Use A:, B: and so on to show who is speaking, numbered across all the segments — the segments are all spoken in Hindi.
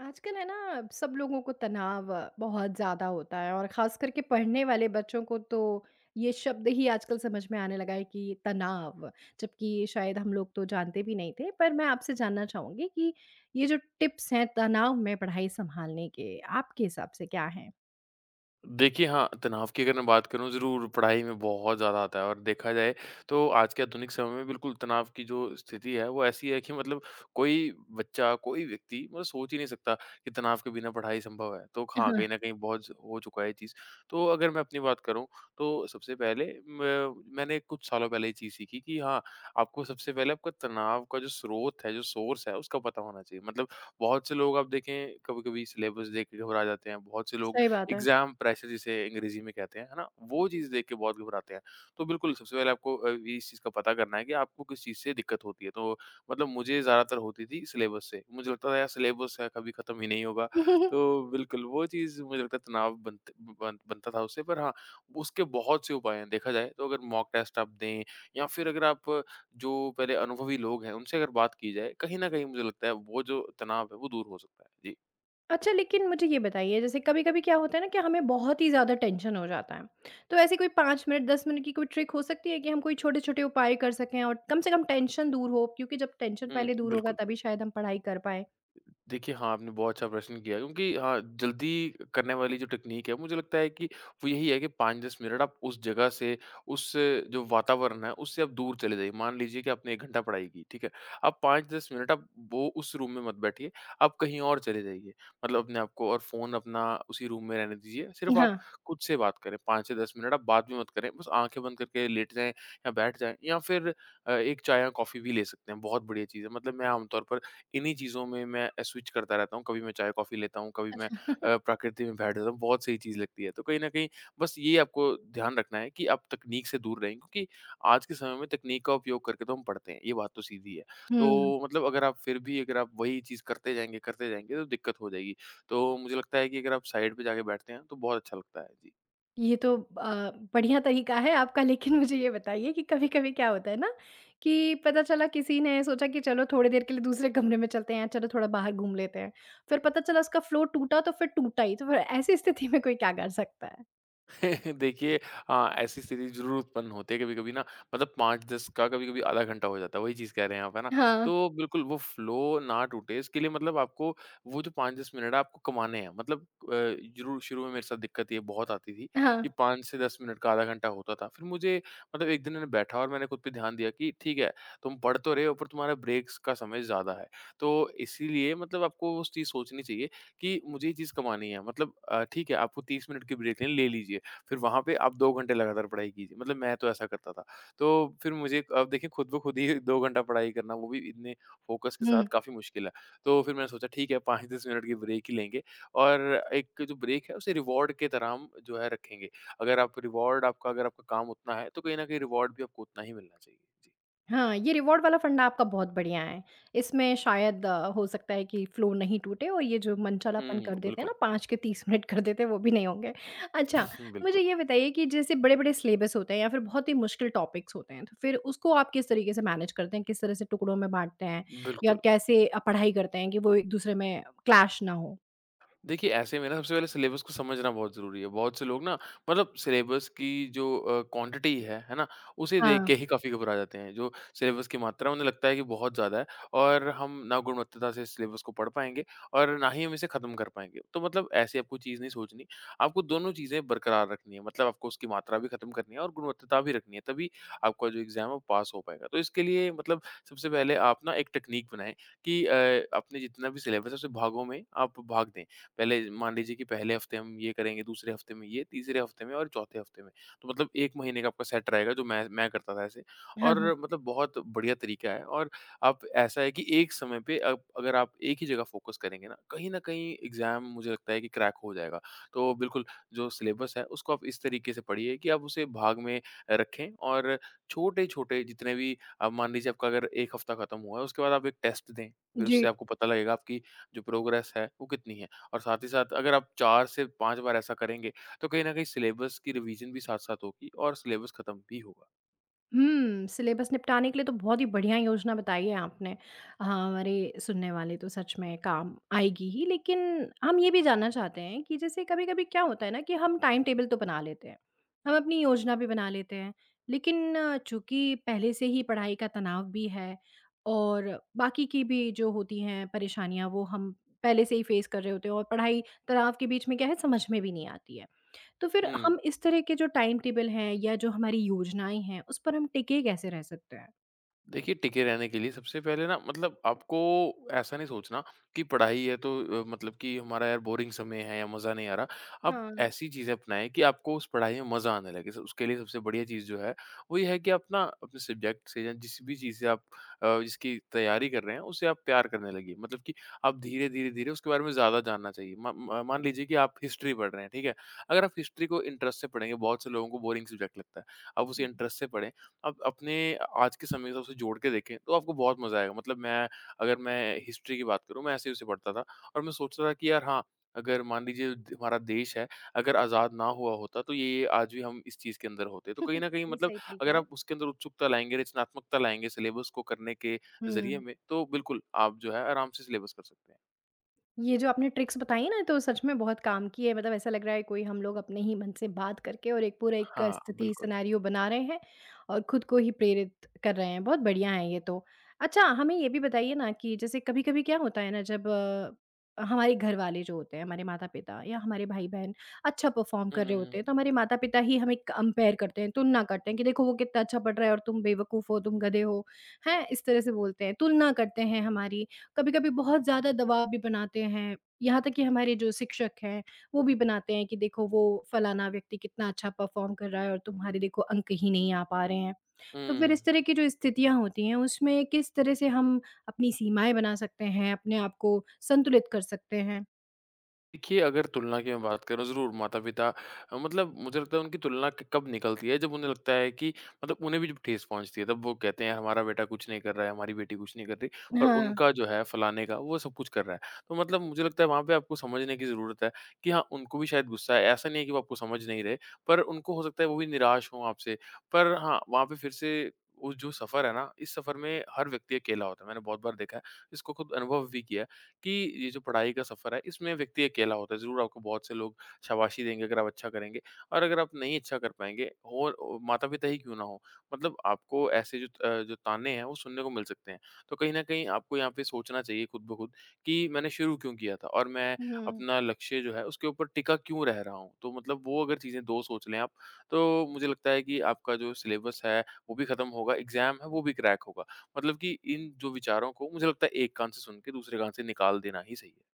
A: आजकल है ना, सब लोगों को तनाव बहुत ज़्यादा होता है, और ख़ास करके पढ़ने वाले बच्चों को तो ये शब्द ही आजकल समझ में आने लगा है कि तनाव। जबकि शायद हम लोग तो जानते भी नहीं थे। पर मैं आपसे जानना चाहूँगी कि ये जो टिप्स हैं तनाव में पढ़ाई संभालने के, आपके हिसाब से क्या हैं?
B: देखिए, हाँ, तनाव की अगर मैं बात करूँ ज़रूर पढ़ाई में बहुत ज़्यादा आता है और देखा जाए तो आज के आधुनिक समय में बिल्कुल तनाव की जो स्थिति है वो ऐसी है कि मतलब कोई बच्चा, कोई व्यक्ति मतलब सोच ही नहीं सकता कि तनाव के बिना पढ़ाई संभव है। तो हाँ,
A: हाँ,
B: कहीं न कहीं बहुत हो चुका है ये चीज़। तो अगर मैं अपनी बात करूँ तो सबसे पहले म मैंने कुछ सालों पहले ये चीज़ सीखी कि हाँ, आपको सबसे पहले आपका तनाव का जो स्रोत है, जो सोर्स है उसका पता होना चाहिए। मतलब बहुत से लोग आप देखें कभी-कभी सिलेबस देख के घबरा जाते हैं, बहुत से लोग
A: सही बात है।
B: एग्ज़ाम प्रेशर जिसे अंग्रेज़ी में कहते हैं, है ना? वो चीज़ देख के बहुत घबराते हैं। तो बिल्कुल सबसे पहले आपको इस चीज़ का पता करना है कि आपको किस चीज़ से दिक्कत होती है। तो मतलब मुझे ज़्यादातर होती थी सिलेबस से। मुझे लगता था यार सिलेबस है कभी खत्म ही नहीं होगा। तो बिल्कुल वो चीज़ मुझे लगता है तनाव बनता था उससे। पर हाँ, उसके बहुत से उपाय हैं देखा जाए तो अगर मॉक टेस्ट आप दें या फिर अगर आप जो पहले अनुभवी लोग हैं उनसे अगर बात की जाए, कहीं न कहीं मुझे लगता है वो जो तनाव है वो दूर हो सकता है। जी।
A: अच्छा, लेकिन मुझे ये बताइए, जैसे कभी-कभी क्या होता है ना कि हमें बहुत ही ज़्यादा टेंशन हो जाता है। तो ऐसी कोई 5 मिनट, 10 मिनट की कोई ट्रिक हो सकती है कि हम कोई छोटे-छोटे उपाय कर सकें और कम से कम टेंशन दूर हो? क्योंकि जब टेंशन
B: हुँ,
A: पहले दूर होगा,
B: बिल्कुल।
A: तभी शायद हम पढ़ाई कर पाएँ।
B: देखिए, हाँ, आपने बहुत अच्छा प्रश्न किया क्योंकि हाँ, जल्दी करने वाली जो टेक्नीक है, मुझे लगता है कि वो यही है कि 5-10 मिनट आप उस जगह से, उस जो वातावरण है, उससे आप दूर चले जाइए। मान लीजिए कि आपने 1 घंटा पढ़ाई की, ठीक है? आप 5-10 मिनट आप वो उस रूम में मत बैठिए, आप कहीं और चले जाइए। मतलब अपने आप को और फ़ोन अपना उसी रूम में रहने दीजिए। सिर्फ़ आप
A: हाँ,
B: खुद से बात करें, 5 से 10 मिनट आप बात भी मत करें, बस आँखें बंद करके लेट जाएँ या बैठ जाएँ या फिर एक चाय या कॉफ़ी भी ले सकते हैं, बहुत बढ़िया चीज़ है। मतलब मैं आमतौर पर इन्हीं चीज़ों में मैं स्विच करता रहता हूँ। कभी मैं चाय-कॉफ़ी लेता हूँ, कभी मैं
A: अच्छा,
B: प्रकृति में बैठ जाता हूँ। बहुत सही चीज़ लगती है। तो कहीं न कहीं बस ये आपको ध्यान रखना है कि आप तकनीक से दूर रहें क्योंकि आज के समय में तकनीक का उपयोग करके तो हम पढ़ते हैं, ये बात तो सीधी है।
A: हुँ।
B: तो मतलब अगर आप फिर भी अगर आप वही चीज़ करते जाएँगे तो दिक्कत हो जाएगी। तो मुझे लगता है कि अगर आप साइड पे जाके बैठते हैं तो बहुत अच्छा लगता है। जी।
A: ये तो बढ़िया तरीका है आपका। लेकिन मुझे ये बताइए कि कभी-कभी क्या होता है ना, कि पता चला किसी ने सोचा कि चलो थोड़ी देर के लिए दूसरे कमरे में चलते हैं, चलो थोड़ा बाहर घूम लेते हैं। फिर पता चला उसका फ्लो टूटा, तो फिर टूटा ही। तो फिर ऐसी स्थिति में कोई क्या कर सकता है?
B: देखिए, हाँ, ऐसी स्थिति ज़रूर उत्पन्न होती है कभी-कभी ना मतलब 5-10 का कभी-कभी आधा घंटा हो जाता है, वही चीज़ कह रहे हैं आप, है ना?
A: हाँ,
B: तो बिल्कुल वो फ्लो ना टूटे इसके लिए मतलब आपको वो जो 5-10 मिनट है आपको कमाने हैं। मतलब ज़रूर शुरू में मेरे साथ दिक्कत ये बहुत आती थी
A: हाँ,
B: कि 5 से 10 मिनट का आधा घंटा होता था। फिर मुझे मतलब एक दिन मैंने बैठा और मैंने खुद पे ध्यान दिया कि ठीक है, तुम पढ़ तो रहे हो पर तुम्हारा ब्रेक्स का समय ज़्यादा है। तो इसीलिए मतलब आपको उस चीज़ सोचनी चाहिए कि मुझे ये चीज़ कमानी है। मतलब ठीक है, आपको 30 मिनट की ब्रेक लें, ले लीजिए। फिर वहाँ पे आप 2 घंटे लगातार पढ़ाई कीजिए, मतलब मैं तो ऐसा करता था। तो फिर मुझे अब देखिए खुद ब खुद ही 2 घंटा पढ़ाई करना वो भी इतने फ़ोकस के साथ
A: हुँ।
B: काफ़ी मुश्किल है। तो फिर मैंने सोचा ठीक है 5-10 मिनट की ब्रेक ही लेंगे और एक जो ब्रेक है उसे रिवॉर्ड की तरह हम जो है रखेंगे। अगर आप रिवॉर्ड आपका अगर आपका काम उतना है तो कहीं न कहीं रिवॉर्ड भी आपको उतना ही मिलना चाहिए। जी।
A: हाँ, ये रिवॉर्ड वाला फंडा आपका बहुत बढ़िया है। इसमें शायद हो सकता है कि फ्लो नहीं टूटे, और ये जो मनचलापन
B: हुँ,
A: कर देते हैं ना,
B: बिल्कुल।
A: 5 के 30 मिनट कर देते हैं, वो भी नहीं होंगे। अच्छा,
B: बिल्कुल,
A: मुझे ये बताइए, कि जैसे बड़े-बड़े सिलेबस होते हैं या फिर बहुत ही मुश्किल टॉपिक्स होते हैं, तो फिर उसको आप किस तरीके से मैनेज करते हैं? किस तरह से टुकड़ों में बाँटते हैं, या
B: बिल्कुल।
A: कैसे पढ़ाई करते हैं कि वो एक-दूसरे में क्लैश ना हो?
B: देखिए, ऐसे में ना सबसे पहले सिलेबस को समझना बहुत ज़रूरी है। बहुत से लोग ना मतलब सिलेबस की जो क्वांटिटी है ना? उसे देख
A: हाँ,
B: के ही काफ़ी घबरा जाते हैं। जो सिलेबस की मात्रा है, उन्हें लगता है कि बहुत ज़्यादा है और हम ना गुणवत्ता से सिलेबस को पढ़ पाएँगे और ना ही हम इसे ख़त्म कर पाएँगे। तो मतलब ऐसी आपको चीज़ नहीं सोचनी। आपको दोनों चीज़ें बरकरार रखनी है। मतलब आपको उसकी मात्रा भी ख़त्म करनी है और गुणवत्ता भी रखनी है, तभी आपका जो एग्ज़ाम है वो पास हो पाएगा। तो इसके लिए मतलब सबसे पहले आप ना एक टेक्नीक बनाएँ कि आपने जितना भी सिलेबस है, उसे भागों में आप भाग दें। पहले मान लीजिए कि पहले हफ्ते हम ये करेंगे, दूसरे हफ्ते में ये, तीसरे हफ्ते में और चौथे हफ्ते में। तो मतलब 1 महीने का आपका सेट रहेगा जो मैं करता था ऐसे
A: हाँ,
B: और
A: हाँ।
B: मतलब बहुत बढ़िया तरीका है और आप ऐसा है कि एक समय पे अगर आप एक ही जगह फ़ोकस करेंगे ना, कहीं न कहीं एग्ज़ाम मुझे लगता है कि क्रैक हो जाएगा। तो बिल्कुल जो सिलेबस है उसको आप इस तरीके से पढ़िए कि आप उसे भाग में रखें और छोटे-छोटे जितने भी अब मान लीजिए आपका अगर 1 हफ्ता खत्म हुआ है उसके बाद आप एक टेस्ट दें। फिर
A: जी।
B: उससे आपको पता लगेगा आपकी जो प्रोग्रेस है वो कितनी है। और साथ ही साथ अगर आप 4 से 5 बार ऐसा करेंगे, तो कहीं न कहीं सिलेबस की रिवीज़न भी साथ-साथ होगी और सिलेबस खत्म भी होगा।
A: हुँ, सिलेबस निपटाने के लिए तो बहुत ही बढ़िया योजना बताई है आपने। हाँ, हमारे सुनने वाले तो सच में काम आएगी ही। लेकिन हम ये भी जानना चाहते हैं कि जैसे कभी-कभी क्या होता है ना, कि हम टाइम टेबल तो बना लेते हैं, हम अपनी योजना भी बना लेते हैं, लेकिन चूँकि पहले से ही पढ़ाई का तनाव भी है, और बाकी की भी जो होती हैं परेशानियाँ, वो हम पहले से ही फ़ेस कर रहे होते हैं, और पढ़ाई तनाव के बीच में क्या है, समझ में भी नहीं आती है। तो फिर
B: हुँ,
A: हम इस तरह के जो टाइम टेबल हैं, या जो हमारी योजनाएँ हैं, उस पर हम टिके कैसे रह सकते हैं?
B: देखिए, टिके रहने के लिए सबसे पहले ना मतलब आपको ऐसा नहीं सोचना कि पढ़ाई है तो मतलब कि हमारा यार बोरिंग समय है या मज़ा नहीं आ रहा। आप
A: हाँ।
B: ऐसी चीज़ें अपनाएँ कि आपको उस पढ़ाई में मज़ा आने लगे। स उसके लिए सबसे बढ़िया चीज़ जो है, वो ये है कि आप ना अपने सब्जेक्ट से या जिस भी चीज़ से आप जिसकी तैयारी कर रहे हैं, उससे आप प्यार करने लगिए। मतलब कि आप धीरे, धीरे, धीरे उसके बारे में ज़्यादा जानना चाहिए। म म मान लीजिए कि आप हिस्ट्री पढ़ रहे हैं, ठीक है? अगर आप हिस्ट्री को इंटरेस्ट से पढ़ेंगे, बहुत से लोगों को बोरिंग सब्जेक्ट लगता है। आप उसे इंटरेस्ट से पढ़ें आप अपने आज के समय के साथ उसे जोड़ के देखें, तो आपको बहुत मज़ा आएगा। मतलब मैं अगर मैं हिस्ट्री की बात करूँ, मैं ऐसे ही उसे पढ़ता था और मैं सोचता था कि यार हाँ, अगर मान लीजिए द हमारा देश है, अगर आज़ाद ना हुआ होता तो ये-ये आज भी हम इस चीज़ के अंदर होते। तो कहीं न कहीं
A: ये
B: मतलब
A: सही तरीका
B: अगर
A: है।
B: आप उसके अंदर उत्सुकता लाएँगे, रचनात्मकता लाएँगे सिलेबस को करने के ज़रिए
A: हुँ।
B: में, तो बिल्कुल आप जो है आराम से सिलेबस कर सकते हैं।
A: ये जो आपने ट्रिक्स बताई ना, तो सच में बहुत काम की है। मतलब ऐसा लग रहा है कोई हम लोग अपने ही मन से बात करके और एक पूरा एक
B: हाँ,
A: स्थिति
B: बिल्कुल।
A: सिनेरियो बना रहे हैं, और खुद को ही प्रेरित कर रहे हैं। बहुत बढ़िया है ये तो। अच्छा, हमें ये भी बताइए ना, कि जैसे कभी कभी क्या होता है ना, जब हमारे घर वाले जो होते हैं, हमारे माता पिता या हमारे भाई बहन अच्छा परफॉर्म
B: हुँ,
A: कर रहे
B: हुँ,
A: होते
B: हुँ।
A: हैं, तो हमारे माता पिता ही हमें कंपेयर करते हैं, तुलना करते हैं कि देखो वो कितना अच्छा पढ़ रहा है, और तुम बेवकूफ़ हो, तुम गधे हो, हैं, इस तरह से बोलते हैं, तुलना करते हैं हमारी, कभी-कभी बहुत ज़्यादा दबाव भी बनाते हैं। यहाँ तक कि हमारे जो शिक्षक हैं, वो भी बनाते हैं कि देखो वो फलाना व्यक्ति कितना अच्छा परफ़ॉर्म कर रहा है, और तुम्हारे देखो अंक ही नहीं आ पा रहे हैं। तो फिर
B: हुँ।
A: इस तरह की जो स्थितियाँ होती हैं, उसमें किस तरह से हम अपनी सीमाएँ बना सकते हैं, अपने आप को संतुलित कर सकते हैं?
B: देखिए, अगर तुलना की मैं बात करूँ ज़रूर माता-पिता मतलब मुझे लगता है उनकी तुलना क कब निकलती है जब उन्हें लगता है कि मतलब उन्हें भी जब ठेस पहुँचती है तब वो कहते हैं हमारा बेटा कुछ नहीं कर रहा है, हमारी बेटी कुछ नहीं कर रही और
A: हाँ।
B: उनका जो है फलाने का वो सब कुछ कर रहा है। तो मतलब मुझे लगता है वहाँ पे आपको समझने की ज़रूरत है कि हाँ, उनको भी शायद गुस्सा है। ऐसा नहीं है कि वो आपको समझ नहीं रहे पर उनको हो सकता है वो भी निराश हों आपसे। पर हाँ, वहाँ पे फिर से वो जो सफ़र है ना, इस सफ़र में हर व्यक्ति अकेला होता है। मैंने बहुत बार देखा है, इसको खुद अनुभव भी किया है। कि ये जो पढ़ाई का सफ़र है इसमें व्यक्ति अकेला होता है। ज़रूर आपको बहुत से लोग शाबाशी देंगे अगर आप अच्छा करेंगे और अगर आप नहीं अच्छा कर पाएँगे और माता-पिता ही क्यों ना हो, मतलब आपको ऐसे जो जो ताने हैं वो सुनने को मिल सकते हैं। तो कहीं न कहीं आपको यहाँ पे सोचना चाहिए खुद ब खुद कि मैंने शुरू क्यों किया था और मैं
A: हुँ।
B: अपना लक्ष्य जो है उसके ऊपर टिका क्यों रह रहा हूँ? तो मतलब वो अगर चीज़ें 2 सोच लें आप, तो मुझे लगता है कि आपका जो सिलेबस है वो भी खत्म होगा, एग्ज़ाम है वो भी क्रैक होगा। मतलब कि इन जो विचारों को मुझे लगता है एक कान से सुन के दूसरे कान से निकाल देना ही सही है।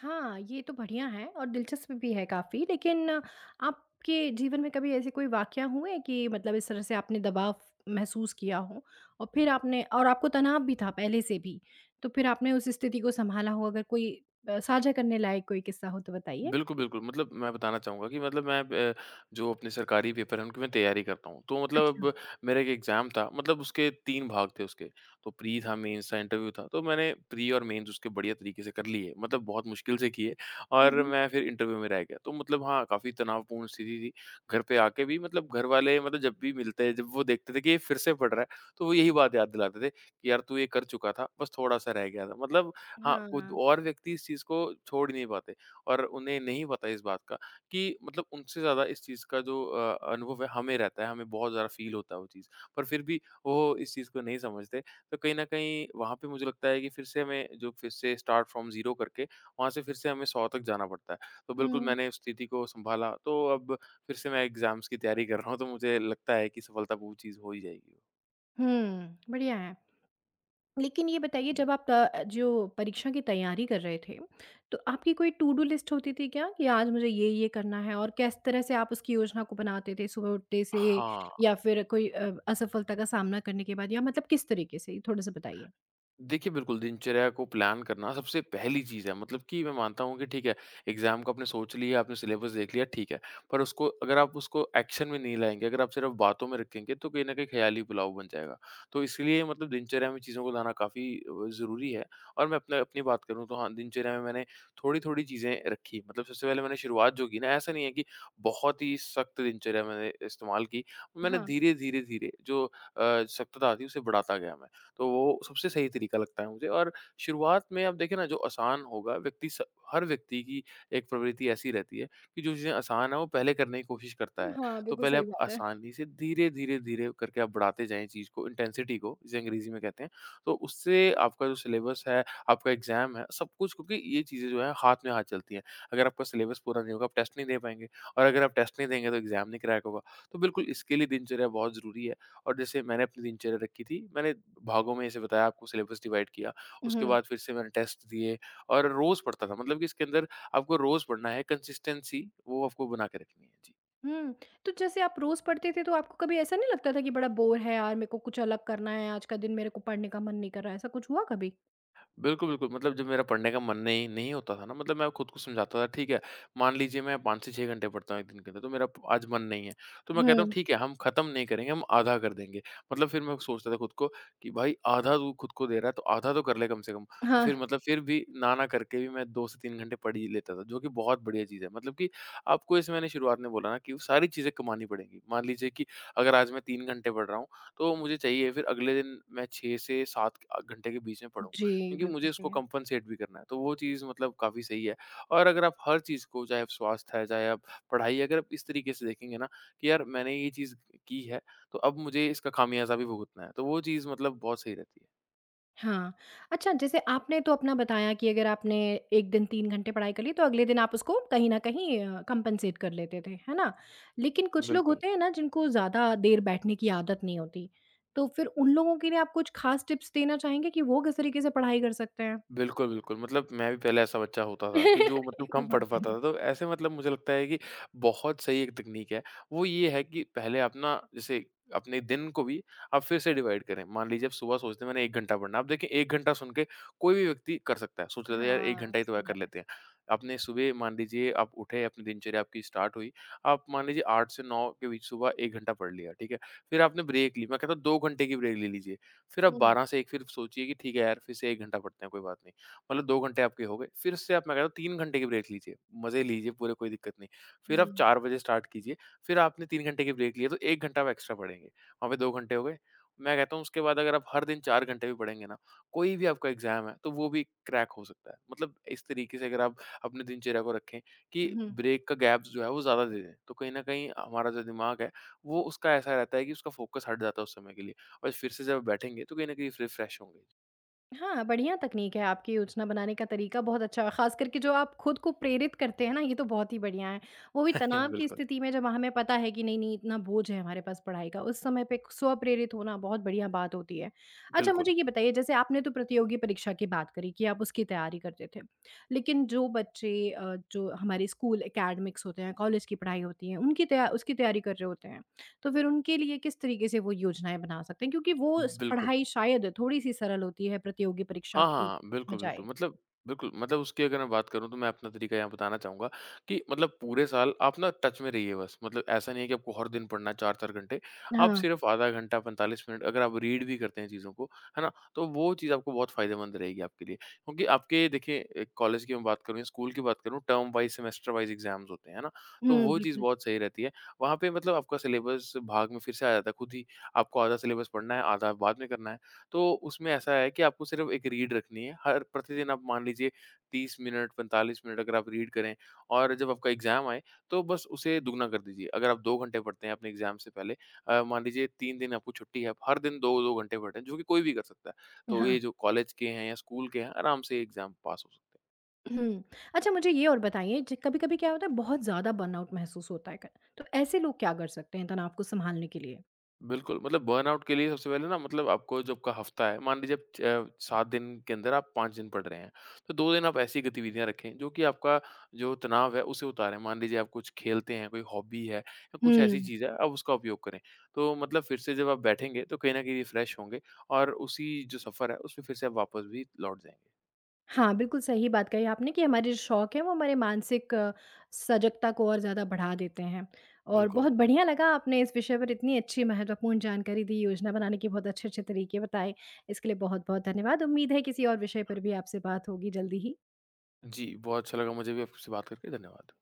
A: हाँ, ये तो बढ़िया है, और दिलचस्प भी है काफ़ी। लेकिन आपके जीवन में कभी ऐसे कोई वाक़या हुए, कि मतलब इस तरह से आपने दबाव महसूस किया हो, और फिर आपने, और आपको तनाव भी था पहले से भी, तो फिर आपने उस स्थिति को सँभाला हो? अगर कोई साझा करने लायक कोई किस्सा हो तो बताइए?
B: बिल्कुल, बिल्कुल। मतलब मैं बताना चाहूँगा कि मतलब मैं ब जो अपने सरकारी पेपर हैं, उनकी मैं तैयारी करता हूँ। तो मतलब
A: अच्छा।
B: अब मेरा एक एग्ज़ाम था, मतलब उसके 3 भाग थे उसके। तो प्री था, मेंस था, इंटरव्यू था। तो मैंने प्री और मेंस उसके बढ़िया तरीके से कर लिए, मतलब बहुत मुश्किल से किए
A: हुँ,
B: और
A: हुँ।
B: मैं फिर इंटरव्यू में रह गया। तो मतलब हाँ, काफ़ी तनावपूर्ण स्थिति थी। घर पे आके भी मतलब घर वाले मतलब जब भी मिलते हैं, जब वो देखते थे कि ये फिर से पढ़ रहा है, तो वो यही बात याद दिलाते थे कि यार तू ये कर चुका था, बस थोड़ा-सा रह गया था। मतलब हाँ, वो द
A: हाँ।
B: और व्यक्ति इस चीज़ को छोड़ ही नहीं पाते। और उन्हें नहीं पता इस बात का कि मतलब उनसे ज़्यादा इस चीज़ का जो अनुभव है हमें रहता है, हमें बहुत ज़्यादा फ़ील होता है वो चीज़। पर फिर भी वो इस चीज़ को नहीं समझते, तो कहीं न कहीं वहाँ पे मुझे लगता है कि फिर से हमें जो फिर से स्टार्ट फ्रॉम ज़ीरो करके वहाँ से फिर से हमें 100 तक जाना पड़ता है। तो बिल्कुल
A: हुँ।
B: मैंने उस स्थिति को सँभाला, तो अब फिर से मैं एग्ज़ाम्स की तैयारी कर रहा हूँ, तो मुझे लगता है कि सफलता वो चीज़ हो ही जाएगी।
A: हुँ, बढ़िया है। लेकिन ये बताइए,
B: हुँ।
A: जब आप जो परीक्षा की तैयारी कर रहे थे, तो आपकी कोई टू डू लिस्ट होती थी क्या, कि आज मुझे ये-ये करना है, और किस तरह से आप उसकी योजना को बनाते थे सुबह उठते से,
B: हाँ।
A: या फिर कोई असफलता का सामना करने के बाद, या मतलब किस तरीके से? थोड़ा-सा बताइए।
B: देखिए, बिल्कुल दिनचर्या को प्लान करना सबसे पहली चीज़ है। मतलब कि मैं मानता हूँ कि ठीक है, एग्ज़ाम को आपने सोच लिया, आपने सिलेबस देख लिया, ठीक है। पर उसको अगर आप उसको एक्शन में नहीं लाएँगे, अगर आप सिर्फ़ बातों में रखेंगे, तो कहीं न कहीं ख़याली पुलाव बन जाएगा। तो इसलिए मतलब दिनचर्या में चीज़ों को लाना काफ़ी ज़रूरी है। और मैं अपने अपनी बात करूँ तो हाँ, दिनचर्या में मैंने थोड़ी-थोड़ी चीज़ें रखी। मतलब सबसे पहले मैंने शुरुआत जो की ना, ऐसा नहीं है कि बहुत ही सख्त दिनचर्या मैंने इस्तेमाल की। मैंने
A: हाँ,
B: धीरे, धीरे, धीरे जो सख्तता थी, उसे बढ़ाता गया मैं। तो वो सबसे सही तरीका लगता है मुझे और शुरुआत में आप देखें ना जो आसान होगा व्यक्ति स हर व्यक्ति की एक प्रवृत्ति ऐसी रहती है कि जो चीज़ें आसान है वो पहले करने की कोशिश करता है।
A: हाँ,
B: तो
A: बिल्कुल
B: पहले
A: सही
B: आप
A: बात है।
B: आसानी से धीरे, धीरे, धीरे करके आप बढ़ाते जाएँ चीज़ को इंटेंसिटी को जिसे अंग्रेज़ी में कहते हैं। तो उससे आपका जो सिलेबस है, आपका एग्ज़ाम है, सब कुछ क्योंकि ये चीज़ें जो है हाथ में हाथ चलती हैं। अगर आपका सिलेबस पूरा नहीं होगा आप टेस्ट नहीं दे पाएँगे और अगर आप टेस्ट नहीं देंगे तो एग्ज़ाम नहीं क्रैक होगा। तो बिल्कुल इसके लिए दिनचर्या बहुत ज़रूरी है। और जैसे मैंने अपनी दिनचर्या रखी थी, मैंने भागों में जैसे बताया आपको सिलेबस डिवाइड किया, उसके
A: हुँ।
B: बाद फिर से मैंने टेस्ट दिए और रोज़ पढ़ता था। मतलब कि इसके अंदर आपको रोज़ पढ़ना है, कंसिस्टेंसी वो आपको बना के रखनी है। जी।
A: हुँ, तो जैसे आप रोज़ पढ़ते थे, तो आपको कभी ऐसा नहीं लगता था कि बड़ा बोर है यार, मेरे को कुछ अलग करना है, आज का दिन मेरे को पढ़ने का मन नहीं कर रहा है, ऐसा कुछ हुआ कभी?
B: बिल्कुल, बिल्कुल। मतलब जब मेरा पढ़ने का मन नहीं नहीं होता था ना मतलब मैं खुद को समझाता था ठीक है, मान लीजिए मैं 5 से 6 घंटे पढ़ता हूँ 1 दिन के अंदर तो मेरा आज मन नहीं है। तो मैं कहता हूँ
A: हुँ,
B: ठीक है हम ख़त्म नहीं करेंगे, हम आधा कर देंगे। मतलब फिर मैं सोचता था खुद को कि भाई आधा तू खुद को दे रहा है तो आधा तो कर ले कम से कम। तो
A: हाँ।
B: फिर मतलब फिर भी ना, ना करके भी मैं 2 से 3 घंटे पढ़ ही लेता था जो कि बहुत बढ़िया चीज़ है। मतलब कि आपको जैसे मैंने शुरुआत में बोला ना कि वो सारी चीज़ें कमानी पड़ेंगी। मान लीजिए कि अगर आज मैं 3 घंटे पढ़ रहा हूँ, तो मुझे चाहिए फिर अगले दिन मैं 6 से 7 घंटे के बीच में पढूँ।
A: जी,
B: क्योंकि मुझे
A: बिल्कुल सही
B: उसको
A: है।
B: कम्पेन्सेट भी करना है। तो वो चीज़ मतलब काफ़ी सही है और अगर आप हर चीज़ को चाहे आप स्वास्थ्य है, चाहे आप पढ़ाई है, अगर आप इस तरीके से देखेंगे ना कि यार मैंने ये चीज़ की है, तो अब मुझे इसका खामियाज़ा भी भुगतना है। तो वो चीज़ मतलब बहुत सही रहती है।
A: हाँ। अच्छा, जैसे आपने तो अपना बताया कि अगर आपने 1 दिन 3 घंटे पढ़ाई कर ली, तो अगले दिन आप उसको कहीं न कहीं कम्पेंसेट कर लेते थे, है ना? लेकिन कुछ लोग
B: बिल्कुल।
A: होते हैं ना, जिनको ज़्यादा देर बैठने की आदत नहीं होती, तो फिर उन लोगों के लिए आप कुछ ख़ास टिप्स देना चाहेंगे, कि वो किस तरीके से पढ़ाई कर सकते हैं?
B: बिल्कुल, बिल्कुल। मतलब मैं भी पहले ऐसा बच्चा होता था कि
A: ये
B: जो मतलब
A: तो
B: कम
A: बहुत
B: पढ़ पाता
A: बढ़िया।
B: था, तो ऐसे मतलब मुझे लगता है कि बहुत सही एक तकनीक है। वो ये है कि पहले आप ना जैसे अपने दिन को भी आप फिर से डिवाइड करें। मान लीजिए आप सुबह सोचते हैं मैंने 1 घंटा पढ़ना है, आप देखिए 1 घंटा सुन के कोई भी व्यक्ति कर सकता है। सोच लेता है यार 1
A: हाँ,
B: घंटा ही तो है,
A: सही
B: कर
A: बात है।
B: लेते हैं। आपने सुबह मान लीजिए आप उठे, अपनी दिनचर्या आपकी स्टार्ट हुई। आप मान लीजिए 8 से 9 के बीच सुबह 1 घंटा पढ़ लिया, ठीक है? फिर आपने ब्रेक ली, मैं कहता हूँ 2 घंटे की ब्रेक ले लीजिए। फिर आप
A: हुँ,
B: 12 से 1 फिर सोचिए कि ठीक है यार, फिर से 1 घंटा पढ़ते हैं, कोई बात नहीं। मतलब 2 घंटे आपके हो गए, फिर से आप मैं कह रहा हूँ 3 घंटे की ब्रेक लीजिए, मज़े लीजिए पूरे, कोई दिक्कत नहीं। फिर आप
A: हुँ।
B: 4 बजे स्टार्ट कीजिए, फिर आपने 3 घंटे की ब्रेक ली है, तो 1 घंटा आप एक्स्ट्रा पढ़ेंगे। वहाँ पे 2 घंटे हो गए। मैं कहता हूँ उसके बाद अगर आप हर दिन 4 घंटे भी पढ़ेंगे ना, कोई भी आपका एग्ज़ाम है, तो वो भी क्रैक हो सकता है। मतलब इस तरीके से अगर आप अपने दिनचर्या को रखें कि
A: हुँ।
B: ब्रेक का गैप्स जो है वो ज़्यादा दे दें, तो कहीं न कहीं हमारा जो दिमाग है, वो उसका ऐसा रहता है कि उसका फ़ोकस हट जाता है उस समय के लिए। और फिर से जब बैठेंगे तो कहीं न कहीं रिफ्रेश होंगे।
A: हाँ, बढ़िया तकनीक है। आपकी योजना बनाने का तरीका बहुत अच्छा है, ख़ास करके जो आप खुद को प्रेरित करते हैं ना, ये तो बहुत ही बढ़िया है। वो भी तनाव की
B: बिल्कुल,
A: स्थिति में, जब हमें पता है कि नहीं-नहीं इतना बोझ है हमारे पास पढ़ाई का, उस समय पे स्व-प्रेरित होना बहुत बढ़िया बात होती है। अच्छा,
B: बिल्कुल,
A: मुझे ये बताइए, जैसे आपने तो प्रतियोगी परीक्षा की बात करी, कि आप उसकी तैयारी करते थे। लेकिन जो बच्चे जो हमारे स्कूल एकेडमिक्स होते हैं, कॉलेज की पढ़ाई होती है, उनकी तैया उसकी तैयारी कर रहे होते हैं, तो फिर उनके लिए किस तरीके से वो योजनाएँ बना सकते हैं? क्योंकि वो स
B: बिल्कुल।
A: पढ़ाई शायद थोड़ी-सी सरल होती है प्रतियोगी परीक्षा
B: हाँ,
A: की
B: हाँ, बिल्कुल, बिल्कुल।
A: बजाय।
B: मतलब बिल्कुल, मतलब उसकी अगर मैं बात करूँ तो मैं अपना तरीका यहाँ बताना चाहूँगा कि मतलब पूरे साल आप ना टच में रहिए बस। मतलब ऐसा नहीं है कि आपको हर दिन पढ़ना है 4-4 घंटे। आप
A: हाँ।
B: सिर्फ़ आधा घंटा, 45 मिनट अगर आप रीड भी करते हैं चीज़ों को, है ना? तो वो चीज़ आपको बहुत फ़ायदेमंद रहेगी आपके लिए। क्योंकि आपके देखिए एक कॉलेज की मैं बात करूँ या स्कूल की बात करूँ, term wise, semester wise exams होते हैं, है ना? तो
A: हुँ,
B: वो चीज़
A: बिल्कुल।
B: बहुत सही रहती है। वहाँ पे मतलब आपका सिलेबस भाग में फिर से आ जाता है खुद ही। आपको आधा सिलेबस पढ़ना है, आधा बाद में करना है। तो उसमें ऐसा है कि आपको सिर्फ़ एक रीड रखनी है। हर प्रतिदिन आप मान लीजिए 30 मिनट, 45 मिनट अगर आप रीड करें और जब आपका एग्ज़ाम आए तो बस उसे दुगुना कर दीजिए। अगर आप 2 घंटे पढ़ते हैं अपने एग्ज़ाम से पहले मान लीजिए 3 दिन आपको छुट्टी है, आप हर दिन 2-2 घंटे पढ़ें, जो कि कोई भी कर सकता है। तो ये
A: हाँ।
B: जो कॉलेज के हैं या स्कूल के हैं, आराम से एग्ज़ाम पास हो सकते हैं।
A: हुँ। अच्छा, मुझे ये और बताइए, ज कभी-कभी क्या होता है, बहुत ज़्यादा बर्नआउट महसूस होता है, क तो ऐसे लोग क्या कर सकते हैं तनाव को सँभालने के लिए?
B: बिल्कुल, मतलब बर्नआउट के लिए सबसे पहले ना मतलब आपको जो आपका हफ्ता है, मान लीजिए आप 7 दिन के अंदर आप 5 दिन पढ़ रहे हैं, तो 2 दिन आप ऐसी गतिविधियाँ रखें जो कि आपका जो तनाव है उसे उतारें। मान लीजिए आप कुछ खेलते हैं, कोई हॉबी है या कुछ ऐसी
A: हुँ।
B: चीज़ है, आप उसका उपयोग करें। तो मतलब फिर से जब आप बैठेंगे तो कहीं न कहीं रिफ्रेश होंगे और उसी जो सफ़र है उसमें फिर से आप वापस भी लौट जाएँगे।
A: हाँ, बिल्कुल सही बात कही आपने, कि हमारे जो शौक हैं वो हमारे मानसिक सजगता को और ज़्यादा बढ़ा देते हैं। और
B: बिल्कुल।
A: बहुत बढ़िया लगा, आपने इस विषय पर इतनी अच्छी महत्वपूर्ण जानकारी दी, योजना बनाने के बहुत अच्छे-अच्छे तरीके बताए। इसके लिए बहुत-बहुत धन्यवाद। उम्मीद है किसी और विषय पर भी आपसे बात होगी जल्दी ही।
B: जी, बहुत अच्छा लगा मुझे भी आपसे बात करके, धन्यवाद।